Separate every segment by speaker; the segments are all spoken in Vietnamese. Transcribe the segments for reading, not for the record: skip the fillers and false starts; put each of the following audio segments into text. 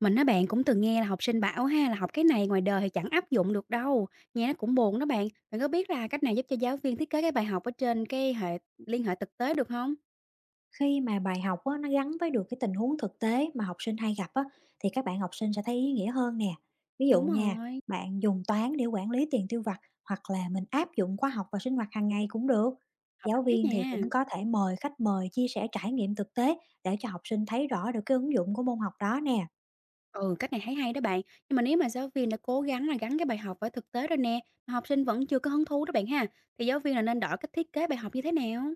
Speaker 1: Mình á bạn cũng từng nghe là học sinh bảo ha là học cái này ngoài đời thì chẳng áp dụng được đâu. Nghe nó cũng buồn đó bạn. Bạn có biết là cách nào giúp cho giáo viên thiết kế cái bài học ở trên cái hệ liên hệ thực tế được không?
Speaker 2: Khi mà bài học á, nó gắn với được cái tình huống thực tế mà học sinh hay gặp á, thì các bạn học sinh sẽ thấy ý nghĩa hơn nè. Ví dụ
Speaker 1: Đúng
Speaker 2: nha,
Speaker 1: rồi,
Speaker 2: bạn dùng toán để quản lý tiền tiêu vặt hoặc là mình áp dụng khoa học vào sinh hoạt hàng ngày cũng được.
Speaker 1: hợp
Speaker 2: Giáo
Speaker 1: lý á
Speaker 2: viên thì
Speaker 1: nha.
Speaker 2: cũng có thể mời khách mời chia sẻ trải nghiệm thực tế để cho học sinh thấy rõ được cái ứng dụng của môn học đó nè.
Speaker 1: Ừ, cách này thấy hay đó bạn. Nhưng mà nếu mà giáo viên đã cố gắng là gắn cái bài học với thực tế rồi nè, mà học sinh vẫn chưa có hứng thú đó bạn ha, thì giáo viên là nên đổi cách thiết kế bài học như thế nào?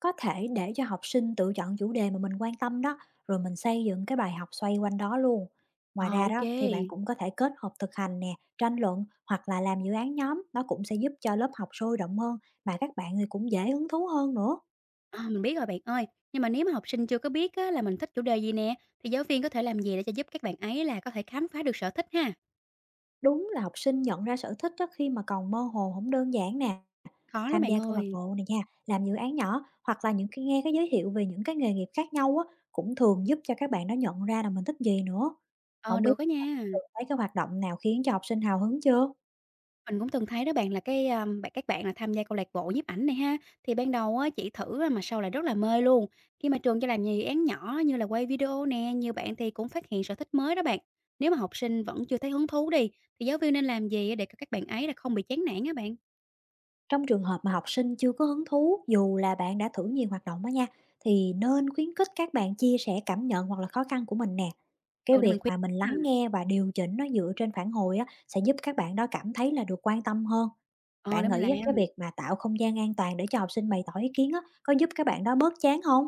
Speaker 2: Có thể để cho học sinh tự chọn chủ đề mà mình quan tâm đó, rồi mình xây dựng cái bài học xoay quanh đó luôn. Ngoài
Speaker 1: Ờ,
Speaker 2: ra
Speaker 1: ok.
Speaker 2: đó thì bạn cũng có thể kết hợp thực hành nè, tranh luận hoặc là làm dự án nhóm, nó cũng sẽ giúp cho lớp học sôi động hơn mà các bạn thì cũng dễ hứng thú hơn nữa.
Speaker 1: Ờ, mình biết rồi bạn ơi. Nhưng mà nếu mà học sinh chưa có biết á, là mình thích chủ đề gì nè, thì giáo viên có thể làm gì để cho giúp các bạn ấy là có thể khám phá được sở thích ha?
Speaker 2: Đúng là học sinh nhận ra sở thích đó khi mà còn mơ hồ không đơn giản nè,
Speaker 1: Có lắm
Speaker 2: tham
Speaker 1: bạn
Speaker 2: gia câu lạc
Speaker 1: ơi.
Speaker 2: bộ này nha, làm dự án nhỏ hoặc là những cái nghe cái giới thiệu về những cái nghề nghiệp khác nhau á cũng thường giúp cho các bạn nó nhận ra là mình thích gì nữa.
Speaker 1: Ờ,
Speaker 2: Không.
Speaker 1: được á nha.
Speaker 2: Từng thấy cái hoạt động nào khiến cho học sinh hào hứng chưa?
Speaker 1: Mình cũng từng thấy đó bạn là cái, bạn các bạn là tham gia câu lạc bộ nhiếp ảnh này ha, thì ban đầu á chỉ thử á mà sau là rất là mê luôn. Khi mà trường cho làm nhiều dự án nhỏ như là quay video nè, nhiều bạn thì cũng phát hiện sở thích mới đó bạn. Nếu mà học sinh vẫn chưa thấy hứng thú đi, thì giáo viên nên làm gì để c các bạn ấy là không bị chán nản á bạn?
Speaker 2: Trong trường hợp mà học sinh chưa có hứng thú, dù là bạn đã thử nhiều hoạt động đó nha, thì nên khuyến khích các bạn chia sẻ cảm nhận hoặc là khó khăn của mình nè. Cái
Speaker 1: Ừ, để mình
Speaker 2: việc
Speaker 1: khuyên
Speaker 2: mà mình
Speaker 1: ha.
Speaker 2: lắng nghe và điều chỉnh nó dựa trên phản hồi á, sẽ giúp các bạn đó cảm thấy là được quan tâm hơn.
Speaker 1: Ờ, để
Speaker 2: Bạn
Speaker 1: mình làm.
Speaker 2: nghĩ á, cái việc mà tạo không gian an toàn để cho học sinh bày tỏ ý kiến á, có giúp các bạn đó bớt chán không?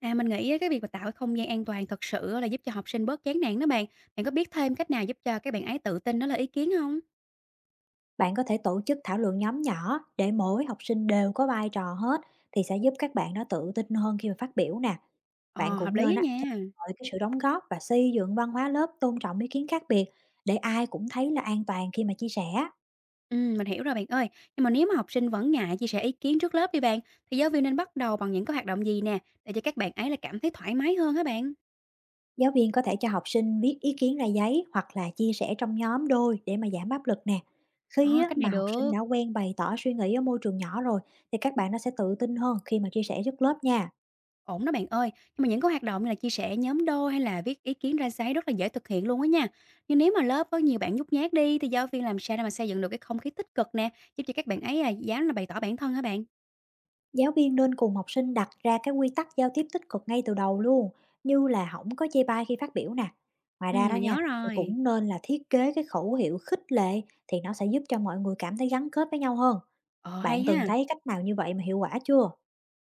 Speaker 1: À, mình nghĩ á cái việc mà tạo cái không gian an toàn thật sự á là giúp cho học sinh bớt chán nản đó bạn. Bạn có biết thêm cách nào giúp cho các bạn ấy tự tin đó là ý kiến không?
Speaker 2: Bạn có thể tổ chức thảo luận nhóm nhỏ để mỗi học sinh đều có vai trò hết, thì sẽ giúp các bạn đó tự tin hơn khi mà phát biểu nè. Bạn
Speaker 1: Ờ, hợp
Speaker 2: cũng
Speaker 1: lý
Speaker 2: nên
Speaker 1: á
Speaker 2: á khen
Speaker 1: nha.
Speaker 2: ngợi cái sự đóng góp và xây dựng văn hóa lớp tôn trọng ý kiến khác biệt để ai cũng thấy là an toàn khi mà chia sẻ.
Speaker 1: Mình hiểu rồi bạn ơi. Nhưng mà nếu mà học sinh vẫn ngại chia sẻ ý kiến trước lớp đi bạn, thì giáo viên nên bắt đầu bằng những cái hoạt động gì nè, để cho các bạn ấy là cảm thấy thoải mái hơn hả bạn?
Speaker 2: Giáo viên có thể cho học sinh viết ý kiến ra giấy hoặc là chia sẻ trong nhóm đôi để mà giảm áp lực nè.
Speaker 1: Ờ,
Speaker 2: Khi á,
Speaker 1: cách này
Speaker 2: mà học sinh
Speaker 1: được,
Speaker 2: đã quen bày tỏ suy nghĩ ở môi trường nhỏ rồi, thì các bạn nó sẽ tự tin hơn khi mà chia sẻ trước lớp nha.
Speaker 1: ổn đó bạn ơi. Nhưng mà những cái hoạt động như là chia sẻ nhóm đôi hay là viết ý kiến ra giấy rất là dễ thực hiện luôn á nha. Nhưng nếu mà lớp có nhiều bạn nhút nhát đi, thì giáo viên làm sao để mà xây dựng được cái không khí tích cực nè, giúp cho các bạn ấy à, dám là bày tỏ bản thân hả bạn?
Speaker 2: Giáo viên nên cùng học sinh đặt ra cái quy tắc giao tiếp tích cực ngay từ đầu luôn, như là không có chê bai khi phát biểu nè. Ngoài ra đó
Speaker 1: Mình
Speaker 2: nha,
Speaker 1: nhớ
Speaker 2: thì
Speaker 1: rồi.
Speaker 2: cũng nên là thiết kế cái khẩu hiệu khích lệ, thì nó sẽ giúp cho mọi người cảm thấy gắn kết với nhau hơn.
Speaker 1: Ờ, hay
Speaker 2: Bạn từng
Speaker 1: ha.
Speaker 2: thấy cách nào như vậy mà hiệu quả chưa?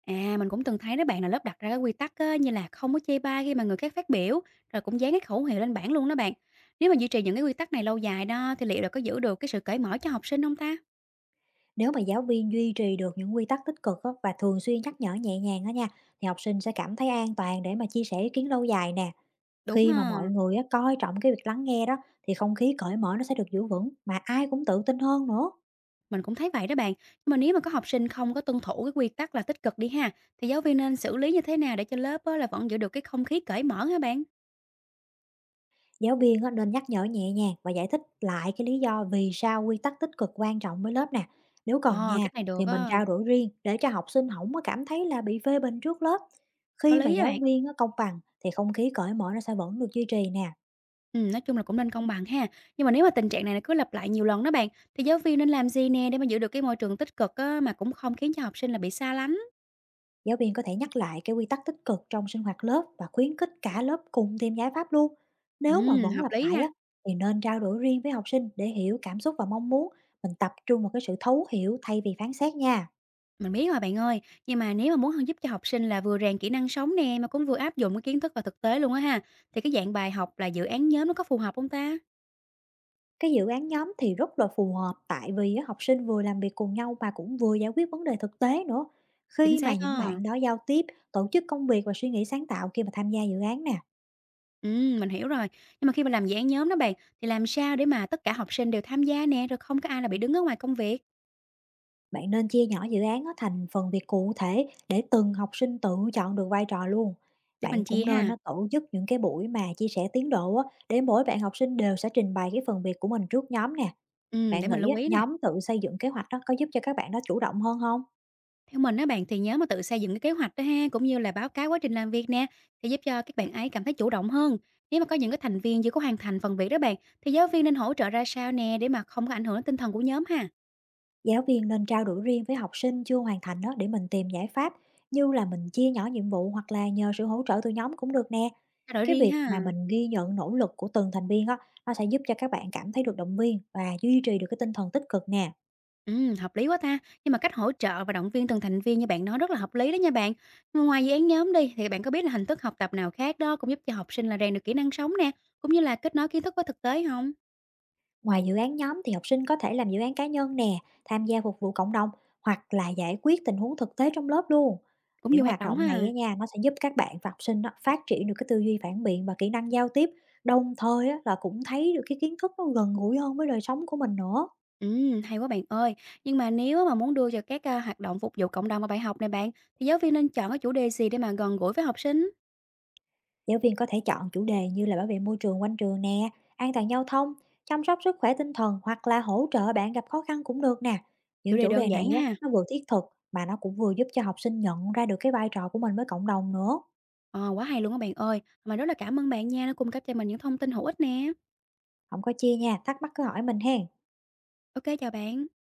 Speaker 1: À, mình cũng từng thấy đó bạn là lớp đặt ra cái quy tắc á, như là không có chê bai khi mà người khác phát biểu, rồi cũng dán cái khẩu hiệu lên bảng luôn đó bạn. Nếu mà duy trì những cái quy tắc này lâu dài đó thì liệu là có giữ được cái sự cởi mở cho học sinh không ta?
Speaker 2: Nếu mà giáo viên duy trì được những quy tắc tích cực á, và thường xuyên nhắc nhở nhẹ nhàng đó nha, thì học sinh sẽ cảm thấy an toàn để mà chia sẻ ý kiến lâu dài nè.
Speaker 1: Đúng
Speaker 2: Khi mà mọi
Speaker 1: ha,
Speaker 2: người á, coi trọng cái việc lắng nghe đó, thì không khí cởi mở nó sẽ được giữ vững mà ai cũng tự tin hơn nữa.
Speaker 1: mình cũng thấy vậy đó bạn. Nhưng mà nếu mà có học sinh không có tuân thủ cái quy tắc là tích cực đi ha, thì giáo viên nên xử lý như thế nào để cho lớp á, là vẫn giữ được cái không khí cởi mở hả bạn?
Speaker 2: Giáo viên á, nên nhắc nhở nhẹ nhàng và giải thích lại cái lý do vì sao quy tắc tích cực quan trọng với lớp nè. Nếu cần
Speaker 1: Ờ,
Speaker 2: nha,
Speaker 1: cách này được
Speaker 2: thì mình
Speaker 1: á,
Speaker 2: trao đổi riêng để cho học sinh không có cảm thấy là bị phê bình trước lớp.
Speaker 1: có
Speaker 2: Khi mà
Speaker 1: lý á
Speaker 2: giáo
Speaker 1: bạn.
Speaker 2: viên á, công bằng thì không khí cởi mở nó sẽ vẫn được duy trì nè.
Speaker 1: Nói chung là cũng nên công bằng ha. Nhưng mà nếu mà tình trạng này nó cứ lặp lại nhiều lần đó bạn, thì giáo viên nên làm gì nè để mà giữ được cái môi trường tích cực á, mà cũng không khiến cho học sinh là bị xa lánh?
Speaker 2: Giáo viên có thể nhắc lại cái quy tắc tích cực trong sinh hoạt lớp và khuyến khích cả lớp cùng tìm giải pháp luôn. Nếu mà vẫn
Speaker 1: Hợp
Speaker 2: lặp
Speaker 1: lý
Speaker 2: lại
Speaker 1: nha.
Speaker 2: á, thì nên trao đổi riêng với học sinh để hiểu cảm xúc và mong muốn. Mình tập trung vào cái sự thấu hiểu thay vì phán xét nha.
Speaker 1: Mình biết rồi bạn ơi, nhưng mà nếu mà muốn giúp cho học sinh là vừa rèn kỹ năng sống nè mà cũng vừa áp dụng cái kiến thức vào thực tế luôn á ha, thì cái dạng bài học là dự án nhóm nó có phù hợp không ta?
Speaker 2: Cái dự án nhóm thì rất là phù hợp tại vì á, học sinh vừa làm việc cùng nhau mà cũng vừa giải quyết vấn đề thực tế nữa.
Speaker 1: Chính
Speaker 2: Khi mà
Speaker 1: xác
Speaker 2: những
Speaker 1: á.
Speaker 2: bạn đó giao tiếp, tổ chức công việc và suy nghĩ sáng tạo khi mà tham gia dự án nè,
Speaker 1: Mình hiểu rồi. Nhưng mà khi mà làm dự án nhóm đó bạn, thì làm sao để mà tất cả học sinh đều tham gia nè, rồi không có ai là bị đứng ở ngoài công việc?
Speaker 2: bạn nên chia nhỏ dự án á thành phần việc cụ thể để từng học sinh tự chọn được vai trò luôn.
Speaker 1: Để mình
Speaker 2: Bạn
Speaker 1: chia
Speaker 2: cũng nên
Speaker 1: ha.
Speaker 2: nó tổ chức những cái buổi mà chia sẻ tiến độ á, để mỗi bạn học sinh đều sẽ trình bày cái phần việc của mình trước nhóm nè.
Speaker 1: Để
Speaker 2: Bạn
Speaker 1: mình
Speaker 2: nghĩ
Speaker 1: lưu
Speaker 2: á,
Speaker 1: ý nè.
Speaker 2: nhóm tự xây dựng kế hoạch đó có giúp cho các bạn đó chủ động hơn không?
Speaker 1: Theo mình á bạn, thì nếu mà tự xây dựng cái kế hoạch đó ha, cũng như là báo cáo quá trình làm việc nè, thì giúp cho các bạn ấy cảm thấy chủ động hơn. Nếu mà có những cái thành viên chưa có hoàn thành phần việc đó bạn, thì giáo viên nên hỗ trợ ra sao nè để mà không có ảnh hưởng đến tinh thần của nhóm ha.
Speaker 2: Giáo viên nên trao đổi riêng với học sinh chưa hoàn thành đó để mình tìm giải pháp, như là mình chia nhỏ nhiệm vụ hoặc là nhờ sự hỗ trợ từ nhóm cũng được nè.
Speaker 1: Trao đổi
Speaker 2: Cái
Speaker 1: riêng
Speaker 2: việc mà
Speaker 1: ha.
Speaker 2: mình ghi nhận nỗ lực của từng thành viên đó, nó sẽ giúp cho các bạn cảm thấy được động viên và duy trì được cái tinh thần tích cực nè.
Speaker 1: Ừ, hợp lý quá ta. Nhưng mà cách hỗ trợ và động viên từng thành viên như bạn nói rất là hợp lý đó nha bạn. Mà ngoài dự án nhóm đi, thì bạn có biết là hình thức học tập nào khác đó cũng giúp cho học sinh là rèn được kỹ năng sống nè, cũng như là kết nối kiến thức với thực tế không?
Speaker 2: Ngoài dự án nhóm thì học sinh có thể làm dự án cá nhân nè, tham gia phục vụ cộng đồng hoặc là giải quyết tình huống thực tế trong lớp luôn.
Speaker 1: Cũng
Speaker 2: Những
Speaker 1: nhiều hoạt
Speaker 2: hoạt
Speaker 1: động
Speaker 2: động
Speaker 1: ha.
Speaker 2: này á nha, nó sẽ giúp các bạn và học sinh á, phát triển được cái tư duy phản biện và kỹ năng giao tiếp, đồng thời á, là cũng thấy được cái kiến thức nó gần gũi hơn với đời sống của mình nữa.
Speaker 1: Hay quá bạn ơi. Nhưng mà nếu mà muốn đưa cho hoạt động phục vụ cộng đồng mà bài học này bạn, thì giáo viên nên chọn cái chủ đề gì để mà gần gũi với học sinh?
Speaker 2: Giáo viên có thể chọn chủ đề như là bảo vệ môi trường quanh trường nè, an toàn giao thông, chăm sóc sức khỏe tinh thần hoặc là hỗ trợ bạn gặp khó khăn cũng được nè.
Speaker 1: Chủ
Speaker 2: Những
Speaker 1: đề
Speaker 2: chủ
Speaker 1: đơn
Speaker 2: đề
Speaker 1: giản
Speaker 2: này á,
Speaker 1: ha.
Speaker 2: nó vừa thiết thực mà nó cũng vừa giúp cho học sinh nhận ra được cái vai trò của mình với cộng đồng nữa.
Speaker 1: Ờ, quá hay luôn á bạn ơi. Mà rất là cảm ơn bạn nha, đã cung cấp cho mình những thông tin hữu ích nè.
Speaker 2: Không có chia nha, thắc mắc cứ hỏi mình ha.
Speaker 1: Ok chào bạn.